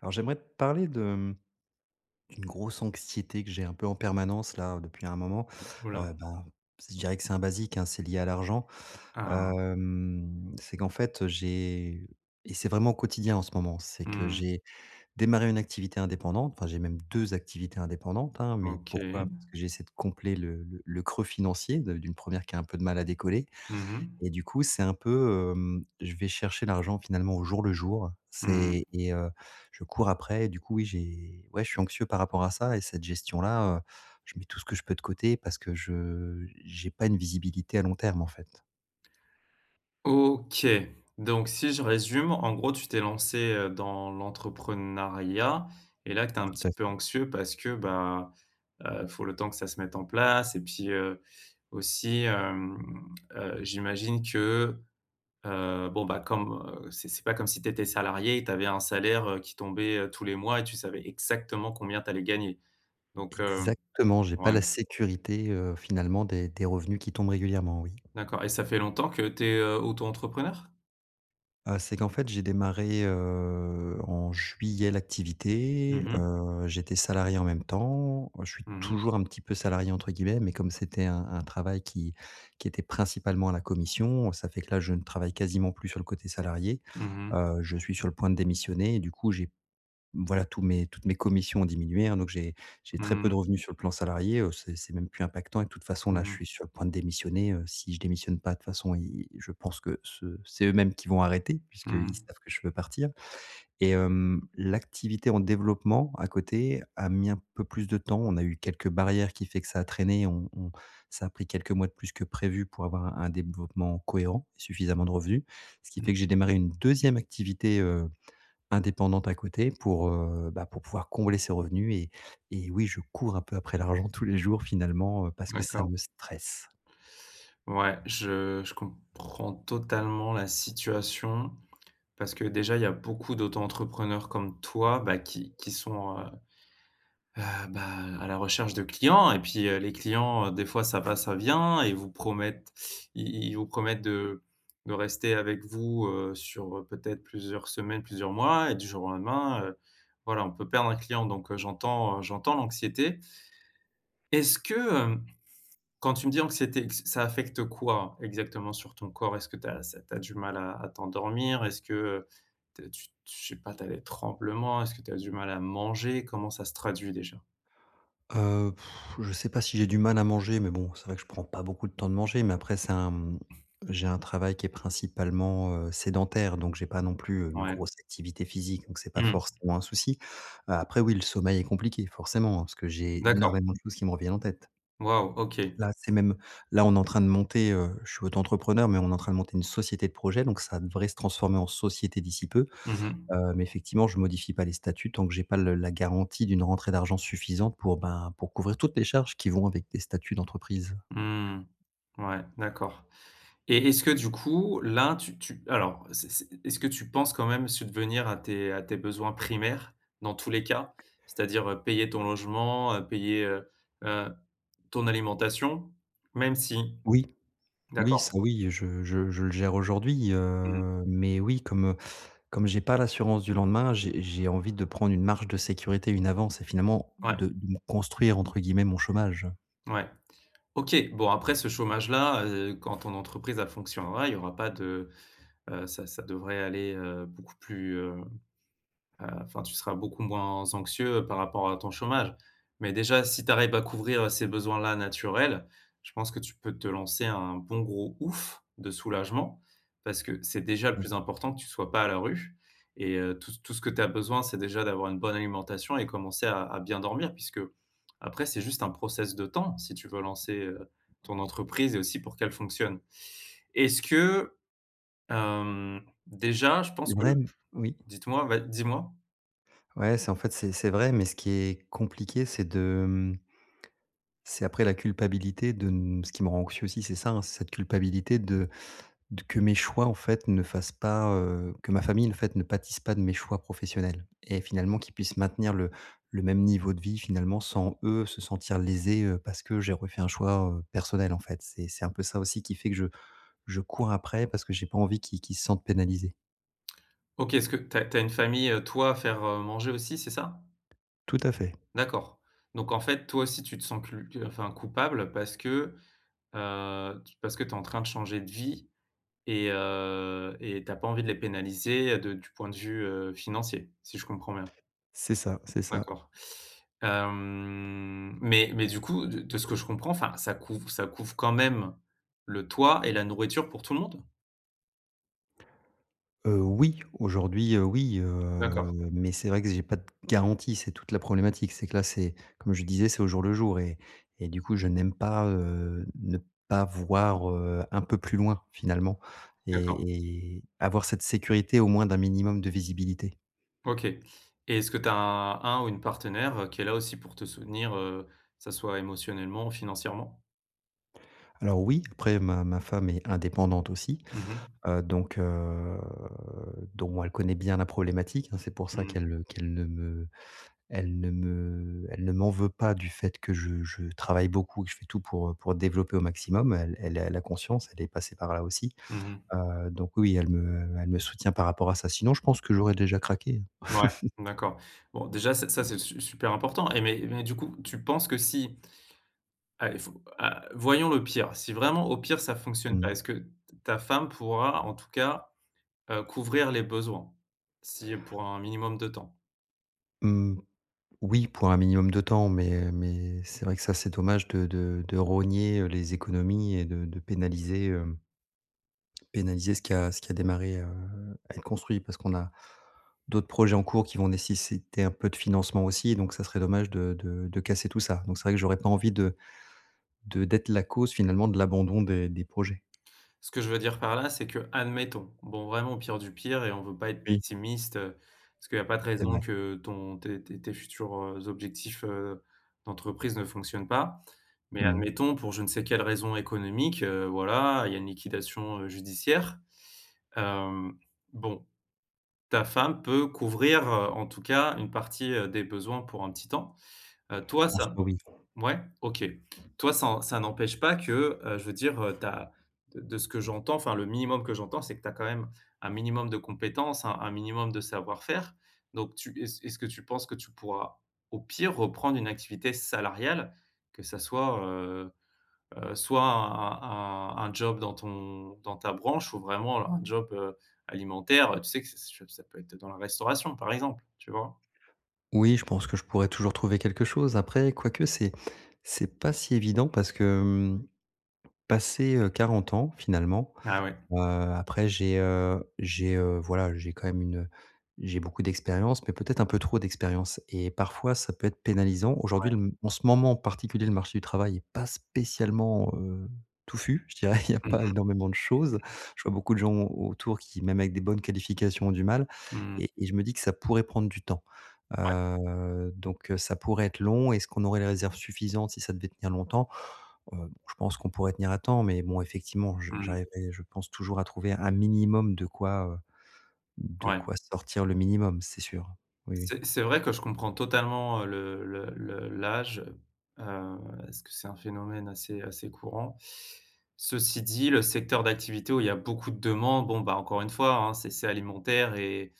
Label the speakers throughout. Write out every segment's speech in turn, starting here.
Speaker 1: Alors j'aimerais te parler de d'une grosse anxiété que j'ai un peu en permanence là depuis un moment.
Speaker 2: Oh là!
Speaker 1: Heu, ben, je dirais que c'est un basique, hein, c'est lié à l'argent.
Speaker 2: Ah!
Speaker 1: C'est qu'en fait j'ai et c'est vraiment au quotidien en ce moment, c'est que
Speaker 2: Mmh.
Speaker 1: j'ai démarré une activité indépendante, enfin j'ai même 2 activités indépendantes, hein, mais pourquoi?
Speaker 2: OK.
Speaker 1: Parce que j'essaie de combler le creux financier de d'une première qui a un peu de mal à décoller
Speaker 2: Mmh mh.
Speaker 1: et du coup, c'est un peu, je vais chercher l'argent finalement au jour le jour.
Speaker 2: Mmh.
Speaker 1: C'est et Je cours après et du coup, oui, je suis anxieux par rapport à ça et cette gestion-là. Je mets tout ce que je peux de côté parce que je j'ai pas une visibilité à long terme, en fait.
Speaker 2: OK. Donc si je résume, en gros, tu t'es lancé dans l'entrepreneuriat et là, que tu es un
Speaker 1: Tout à
Speaker 2: petit peu
Speaker 1: fait.
Speaker 2: anxieux parce que, bah, faut le temps que ça se mette en place et puis, aussi, hem, j'imagine que, bon, bah, comme, c'est pas comme si tu étais salariée et tu avais un salaire, qui tombait, tous les mois et tu savais exactement combien tu allais gagner. Donc.
Speaker 1: Exactement, j'ai pas
Speaker 2: Ouais.
Speaker 1: la sécurité, finalement des revenus qui tombent régulièrement, oui.
Speaker 2: D'accord, et ça fait longtemps que tu es, auto-entrepreneur?
Speaker 1: C'est qu'en fait, j'ai démarré, en juillet l'activité,
Speaker 2: Mmh mh.
Speaker 1: j'étais salarié en même temps. Je suis
Speaker 2: Mmh mh.
Speaker 1: «toujours» un petit peu «salarié» entre guillemets, mais comme c'était un travail qui était principalement à la commission, ça fait que là, je ne travaille quasiment plus sur le côté salarié.
Speaker 2: Mmh mh.
Speaker 1: Je suis sur le point de démissionner et du coup, tous mes toutes mes commissions ont diminué, hein, donc j'ai très peu de
Speaker 2: Mmh.
Speaker 1: revenus sur le plan salarié, c'est même plus impactant et de toute façon, là, je
Speaker 2: Mmh.
Speaker 1: suis sur le point de démissionner. Si je démissionne pas, de toute façon, ils je pense que ce c'est eux-mêmes qui vont arrêter puisqu'ils savent que je veux partir. L'activité en développement à côté a mis un peu plus de temps. On a eu quelques barrières qui fait que ça a traîné, on ça a pris quelques mois de plus que prévu pour avoir un développement cohérent et suffisamment de revenus. Ce qui
Speaker 2: Mmh.
Speaker 1: fait que j'ai démarré une deuxième activité euh, indépendante à côté pour, pour pouvoir combler ses revenus. Oui, je cours un peu après l'argent tous les jours finalement, parce que ça
Speaker 2: D'accord.
Speaker 1: me stresse.
Speaker 2: Ouais, je comprends totalement la situation parce que déjà, il y a beaucoup d'auto-entrepreneurs comme toi, bah, qui sont, Heu, bah, à la recherche de clients et puis, les clients, des fois ça va, ça vient et vous promettent ils vous promettent de rester avec vous, sur, peut-être plusieurs semaines, plusieurs mois et du jour au lendemain, voilà, on peut perdre un client donc, j'entends l'anxiété. Est-ce que, quand tu me dis anxiété, q ça affecte quoi exactement sur ton corps? Est-ce que tu as ça tu as du mal à t'endormir? Est-ce que, tu es tu je sais pas, tu as des tremblements? Est-ce que tu as du mal à manger? Comment ça se traduit déjà?
Speaker 1: Heu, je sais pas si j'ai du mal à manger, mais bon, c'est vrai que je prends pas beaucoup de temps de manger, mais après c'est un, j'ai un travail qui est principalement, sédentaire, donc j'ai pas non plus une
Speaker 2: Ouais.
Speaker 1: grosse activité physique, donc c'est pas
Speaker 2: Mmh.
Speaker 1: forcément un souci. Après oui, le sommeil est compliqué forcément, hein, parce que j'ai
Speaker 2: D'accord.
Speaker 1: énormément de choses qui me reviennent en tête.
Speaker 2: Waouh, OK.
Speaker 1: Là, c'est même là, on est en train de monter, je suis auto-entrepreneur, mais on est en train de monter une société de projet, donc ça devrait se transformer en société d'ici peu.
Speaker 2: Mmh mh.
Speaker 1: Mais effectivement, je modifie pas les statuts tant que j'ai pas le la garantie d'une rentrée d'argent suffisante pour, ben, pour couvrir toutes les charges qui vont avec des statuts d'entreprise.
Speaker 2: Mmh. Ouais, d'accord, et est-ce que du coup, là, tu tu alors, c'est est-ce que tu penses quand même subvenir à tes besoins primaires dans tous les cas? C'est-à-dire, payer ton logement, heu, ton alimentation, même si
Speaker 1: Oui,
Speaker 2: d'accord.
Speaker 1: oui, je le gère aujourd'hui,
Speaker 2: Mmh.
Speaker 1: mais oui, comme j'ai pas l'assurance du lendemain, j'ai envie de prendre une marge de sécurité, une avance et finalement
Speaker 2: Ouais,
Speaker 1: de me «construire» entre guillemets mon chômage.
Speaker 2: ouais. OK, bon après ce chômage-là, quand ton entreprise elle fonctionnera, il y aura pas de, ça ça devrait aller, enfin, tu seras beaucoup moins anxieux par rapport à ton chômage. Mais déjà, si tu arrives à couvrir, ces besoins-là naturels, je pense que tu peux te lancer un bon gros ouf de soulagement parce que c'est déjà le
Speaker 1: Mmh.
Speaker 2: plus important que tu sois pas à la rue, et tout ce que tu as besoin, c'est déjà d'avoir une bonne alimentation et commencer à bien dormir puisque après c'est juste un process de temps si tu veux lancer, ton entreprise et aussi pour qu'elle fonctionne. Est-ce que, hem, déjà, je
Speaker 1: C'est
Speaker 2: pense que
Speaker 1: vrai,
Speaker 2: le
Speaker 1: oui.
Speaker 2: dites-moi, va dis-moi?
Speaker 1: Ouais, c'est en fait, c'est vrai, mais ce qui est compliqué, c'est de, c'est après la culpabilité de n ce qui me rend anxieux aussi, c'est ça, hein, c'est cette culpabilité de que mes choix, en fait, ne fassent pas, que ma famille, en fait, ne pâtisse pas de mes choix professionnels et finalement qu'ils puissent maintenir le même niveau de vie, finalement, sans eux se sentir lésés, parce que j'ai refait un choix, personnel, en fait. C'est un peu ça aussi qui fait que je cours après parce que j'ai pas envie qu'ils se sentent pénalisés.
Speaker 2: OK, est-ce que t'as as une famille, toi, à faire, manger aussi, c'est ça?
Speaker 1: Tout à fait,
Speaker 2: D'accord. Donc en fait, toi aussi, tu te sens cul que enfin coupable parce que, tu parce que tu es en train de changer de vie et tu pas envie de les pénaliser, de du point de vue, financier, si je comprends bien?
Speaker 1: c'est ça.
Speaker 2: D'accord. Mais du coup, de ce que je comprends, enfin, ça couvre quand même le toit et la nourriture pour tout le monde?
Speaker 1: Oui, aujourd'hui, oui,
Speaker 2: D'accord,
Speaker 1: mais c'est vrai que j'ai pas de garantie, c'est toute la problématique. C'est que là, c'est comme je disais, c'est au jour le jour. Je n'aime pas, ne pas voir, un peu plus loin finalement
Speaker 2: d'accord.
Speaker 1: et avoir cette sécurité au moins d'un minimum de visibilité.
Speaker 2: OK. Et est-ce que tu as un ou une partenaire, qui est là aussi pour te soutenir, que ça soit émotionnellement, financièrement?
Speaker 1: Alors oui, après ma femme est indépendante aussi,
Speaker 2: Mmh mh.
Speaker 1: heu, donc heu, bon, elle connaît bien la problématique, hein, c'est pour ça
Speaker 2: Mmh.
Speaker 1: qu'elle, qu'elle ne me Elle ne me elle ne m'en veut pas du fait que je travaille beaucoup et que je fais tout pour développer au maximum. Elle a conscience, elle est passée par là aussi.
Speaker 2: Mmh.
Speaker 1: Donc oui, elle me soutient par rapport à ça. Sinon, je pense que j'aurais déjà craqué, hein.
Speaker 2: Ouais, d'accord. Bon déjà ça ça c'est su super important, et mais du coup, tu penses que si allez faut a voyons le pire, si vraiment au pire ça fonctionne pas,
Speaker 1: Mmh.
Speaker 2: est-ce que ta femme pourra en tout cas, couvrir les besoins? Si, pour un minimum de temps?
Speaker 1: Mmh, oui, pour un minimum de temps, mais c'est vrai que ça, c'est dommage de de rogner, les économies et de pénaliser, hem pénaliser ce qui a démarré, à être construit parce qu'on a d'autres projets en cours qui vont nécessiter un peu de financement aussi, donc ça serait dommage de de casser tout ça. Donc c'est vrai que j'aurais pas envie de d'être la cause finalement de l'abandon des projets.
Speaker 2: Ce que je veux dire par là, c'est que, admettons, bon, vraiment au pire du pire et on veut pas être
Speaker 1: Oui,
Speaker 2: pessimiste, parce qu'il n'y a pas de
Speaker 1: c'est
Speaker 2: raison
Speaker 1: vrai.
Speaker 2: que ton tes tes tes futurs, objectifs, d'entreprise ne fonctionnent pas. Mais
Speaker 1: Mmh.
Speaker 2: admettons pour je ne sais quelle raison économique, voilà, il y a une liquidation, judiciaire. Hem, bon, ta femme peut couvrir, en tout cas une partie, des besoins pour un petit temps. Toi,
Speaker 1: En
Speaker 2: ça
Speaker 1: soi, oui.
Speaker 2: Ouais, OK. Toi, ça ça n'empêche pas que, je veux dire, tu de ce que j'entends, enfin le minimum que j'entends, c'est que tu as quand même un minimum de compétences, un minimum de savoir-faire. Donc tu est-ce est-ce que tu penses que tu pourras, au pire, reprendre une activité salariale? Que ça soit, soit un job dans ton dans ta branche ou vraiment un job, alimentaire, tu sais que ça peut être dans la restauration, par exemple, tu vois?
Speaker 1: Oui, je pense que je pourrais toujours trouver quelque chose. Après, quoique c'est pas si évident parce que, passé, 40 ans finalement.
Speaker 2: Ah ouais.
Speaker 1: Heu, Après j'ai, voilà, j'ai quand même j'ai beaucoup d'expérience, mais peut-être un peu trop d'expérience et parfois ça peut être pénalisant. Aujourd'hui, le m en ce moment en particulier, le marché du travail est pas spécialement, touffu, je dirais. Il y a
Speaker 2: Mmh
Speaker 1: pas
Speaker 2: mh.
Speaker 1: énormément de choses. Je vois beaucoup de gens autour qui, même avec des bonnes qualifications, ont du mal
Speaker 2: Mmh.
Speaker 1: et je me dis que ça pourrait prendre du temps.
Speaker 2: Ouais.
Speaker 1: Ça pourrait être long. Est-ce qu'on aurait les réserves suffisantes si ça devait tenir longtemps? Bon, je pense qu'on pourrait tenir à temps, mais bon, effectivement, je
Speaker 2: Mmh.
Speaker 1: j'arriverai, je pense, toujours à trouver un minimum de
Speaker 2: Ouais.
Speaker 1: quoi sortir le minimum, c'est sûr. Oui, oui.
Speaker 2: C'est vrai que je comprends totalement, le l'âge, parce que c'est un phénomène assez assez courant. Ceci dit, le secteur d'activité où il y a beaucoup de demandes, bon, bah, encore une fois, hein, c'est alimentaire, et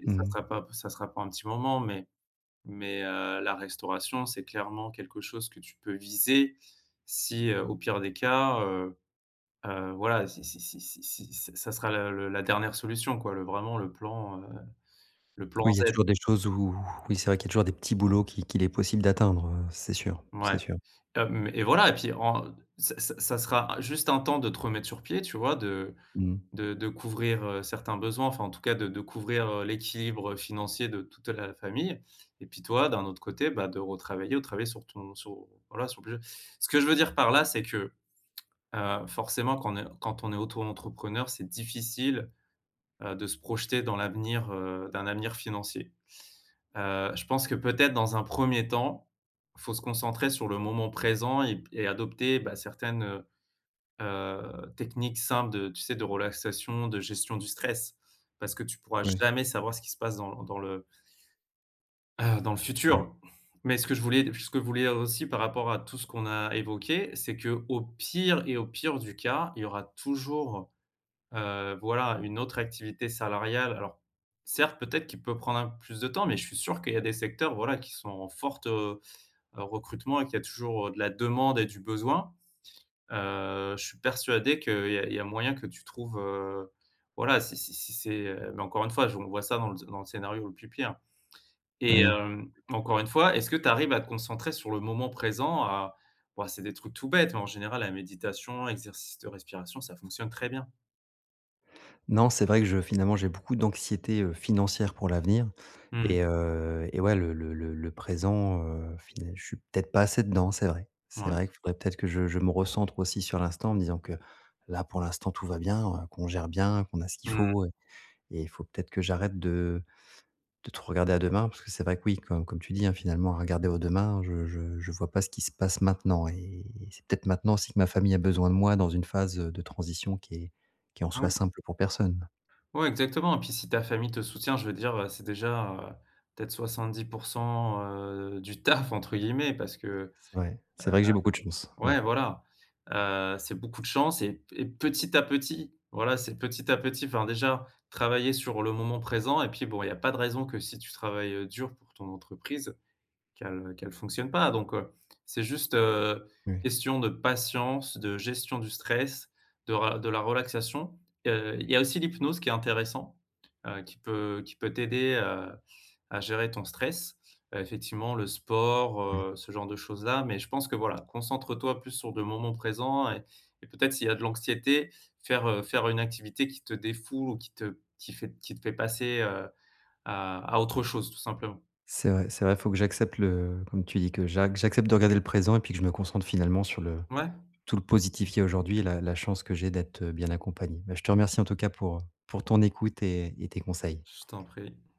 Speaker 1: Mmh.
Speaker 2: ça sera pas un petit moment, mais la restauration, c'est clairement quelque chose que tu peux viser si, au pire des cas, voilà, si ça sera le la dernière solution, quoi, le vraiment le plan
Speaker 1: Oui, il y a
Speaker 2: Z.
Speaker 1: toujours des choses où oui, c'est vrai qu'il y a toujours des petits boulots qui qu'il est possible d'atteindre, c'est sûr, c'est
Speaker 2: Ouais.
Speaker 1: sûr.
Speaker 2: Hem et voilà et puis en ça ça ça sera juste un temps de te remettre sur pied, tu vois? De
Speaker 1: Mmh.
Speaker 2: de de couvrir, certains besoins, enfin en tout cas de couvrir, l'équilibre, financier de toute la famille et puis toi, d'un autre côté, bah, de retravailler ou travailler sur voilà, sur le ce que je veux dire par là, c'est que, forcément quand on est auto-entrepreneur, c'est difficile, de se projeter dans l'avenir, d'un avenir financier. Je pense que peut-être dans un premier temps, faut se concentrer sur le moment présent et adopter, bah, certaines, techniques simples de tu sais, de relaxation, de gestion du stress. Parce que tu pourras
Speaker 1: Oui,
Speaker 2: jamais savoir ce qui se passe dans le, dans le
Speaker 1: c'est vrai.
Speaker 2: futur. Mais ce que je voulais aussi par rapport à tout ce qu'on a évoqué, c'est que au pire et au pire du cas, il y aura toujours voilà, une autre activité salariale, alors certes, peut-être qu'il peut prendre un peu plus de temps, mais je suis sûr qu'il y a des secteurs, voilà, qui sont en forte, recrutement, et qu'il y a toujours, de la demande et du besoin. Je suis persuadé qu'il y a moyen que tu trouves, voilà, si si si c'est, mais encore une fois, je on voit ça dans le scénario le plus pire, et
Speaker 1: Oui.
Speaker 2: encore une fois, est-ce que tu arrives à te concentrer sur le moment présent? À bon, c'est des trucs tout bêtes, mais en général, la méditation, exercice de respiration, ça fonctionne très bien.
Speaker 1: Non, c'est vrai que je finalement, j'ai beaucoup d'anxiété, financière pour l'avenir
Speaker 2: Mmh.
Speaker 1: ouais, le présent, fina je suis peut-être pas assez dedans, c'est vrai. C'est
Speaker 2: Ouais.
Speaker 1: vrai qu'il faudrait peut-être que je me recentre aussi sur l'instant en me disant que là, pour l'instant, tout va bien, qu'on gère bien, qu'on a ce qu'il
Speaker 2: Mmh.
Speaker 1: faut et il faut peut-être que j'arrête de trop regarder à demain parce que c'est vrai que oui, comme tu dis, hein, finalement, à regarder au demain, je vois pas ce qui se passe maintenant et c'est peut-être maintenant aussi que ma famille a besoin de moi dans une phase de transition qui en soit
Speaker 2: Ouais.
Speaker 1: simple pour personne.
Speaker 2: Ouais, exactement, et puis si ta famille te soutient, je veux dire, c'est déjà, peut-être 70% du taf entre guillemets parce que
Speaker 1: C'est vrai. C'est vrai que j'ai beaucoup de chance. Oui,
Speaker 2: ouais, voilà, c'est beaucoup de chance, et petit à petit, voilà, c'est petit à petit, enfin déjà travailler sur le moment présent et puis bon, il y a pas de raison que si tu travailles, dur pour ton entreprise, qu'elle fonctionne pas. Donc, c'est juste,
Speaker 1: oui,
Speaker 2: question de patience, de gestion du stress, de la relaxation. Il y a aussi l'hypnose qui est intéressant, qui peut t'aider, à gérer ton stress. Effectivement, le sport,
Speaker 1: oui.
Speaker 2: ce genre de choses-là, mais je pense que voilà, concentre-toi plus sur le moment présent, et peut-être s'il y a de l'anxiété, faire une activité qui te défoule ou qui te fait passer, à autre chose, tout simplement.
Speaker 1: C'est vrai, faut que j'accepte le comme tu dis, que j'accepte de regarder le présent et puis que je me concentre finalement sur le
Speaker 2: Ouais,
Speaker 1: tout le positif qu'il y a aujourd'hui et la chance que j'ai d'être, bien accompagné. Bah, je te remercie en tout cas pour ton écoute et tes conseils.
Speaker 2: je t'en prie.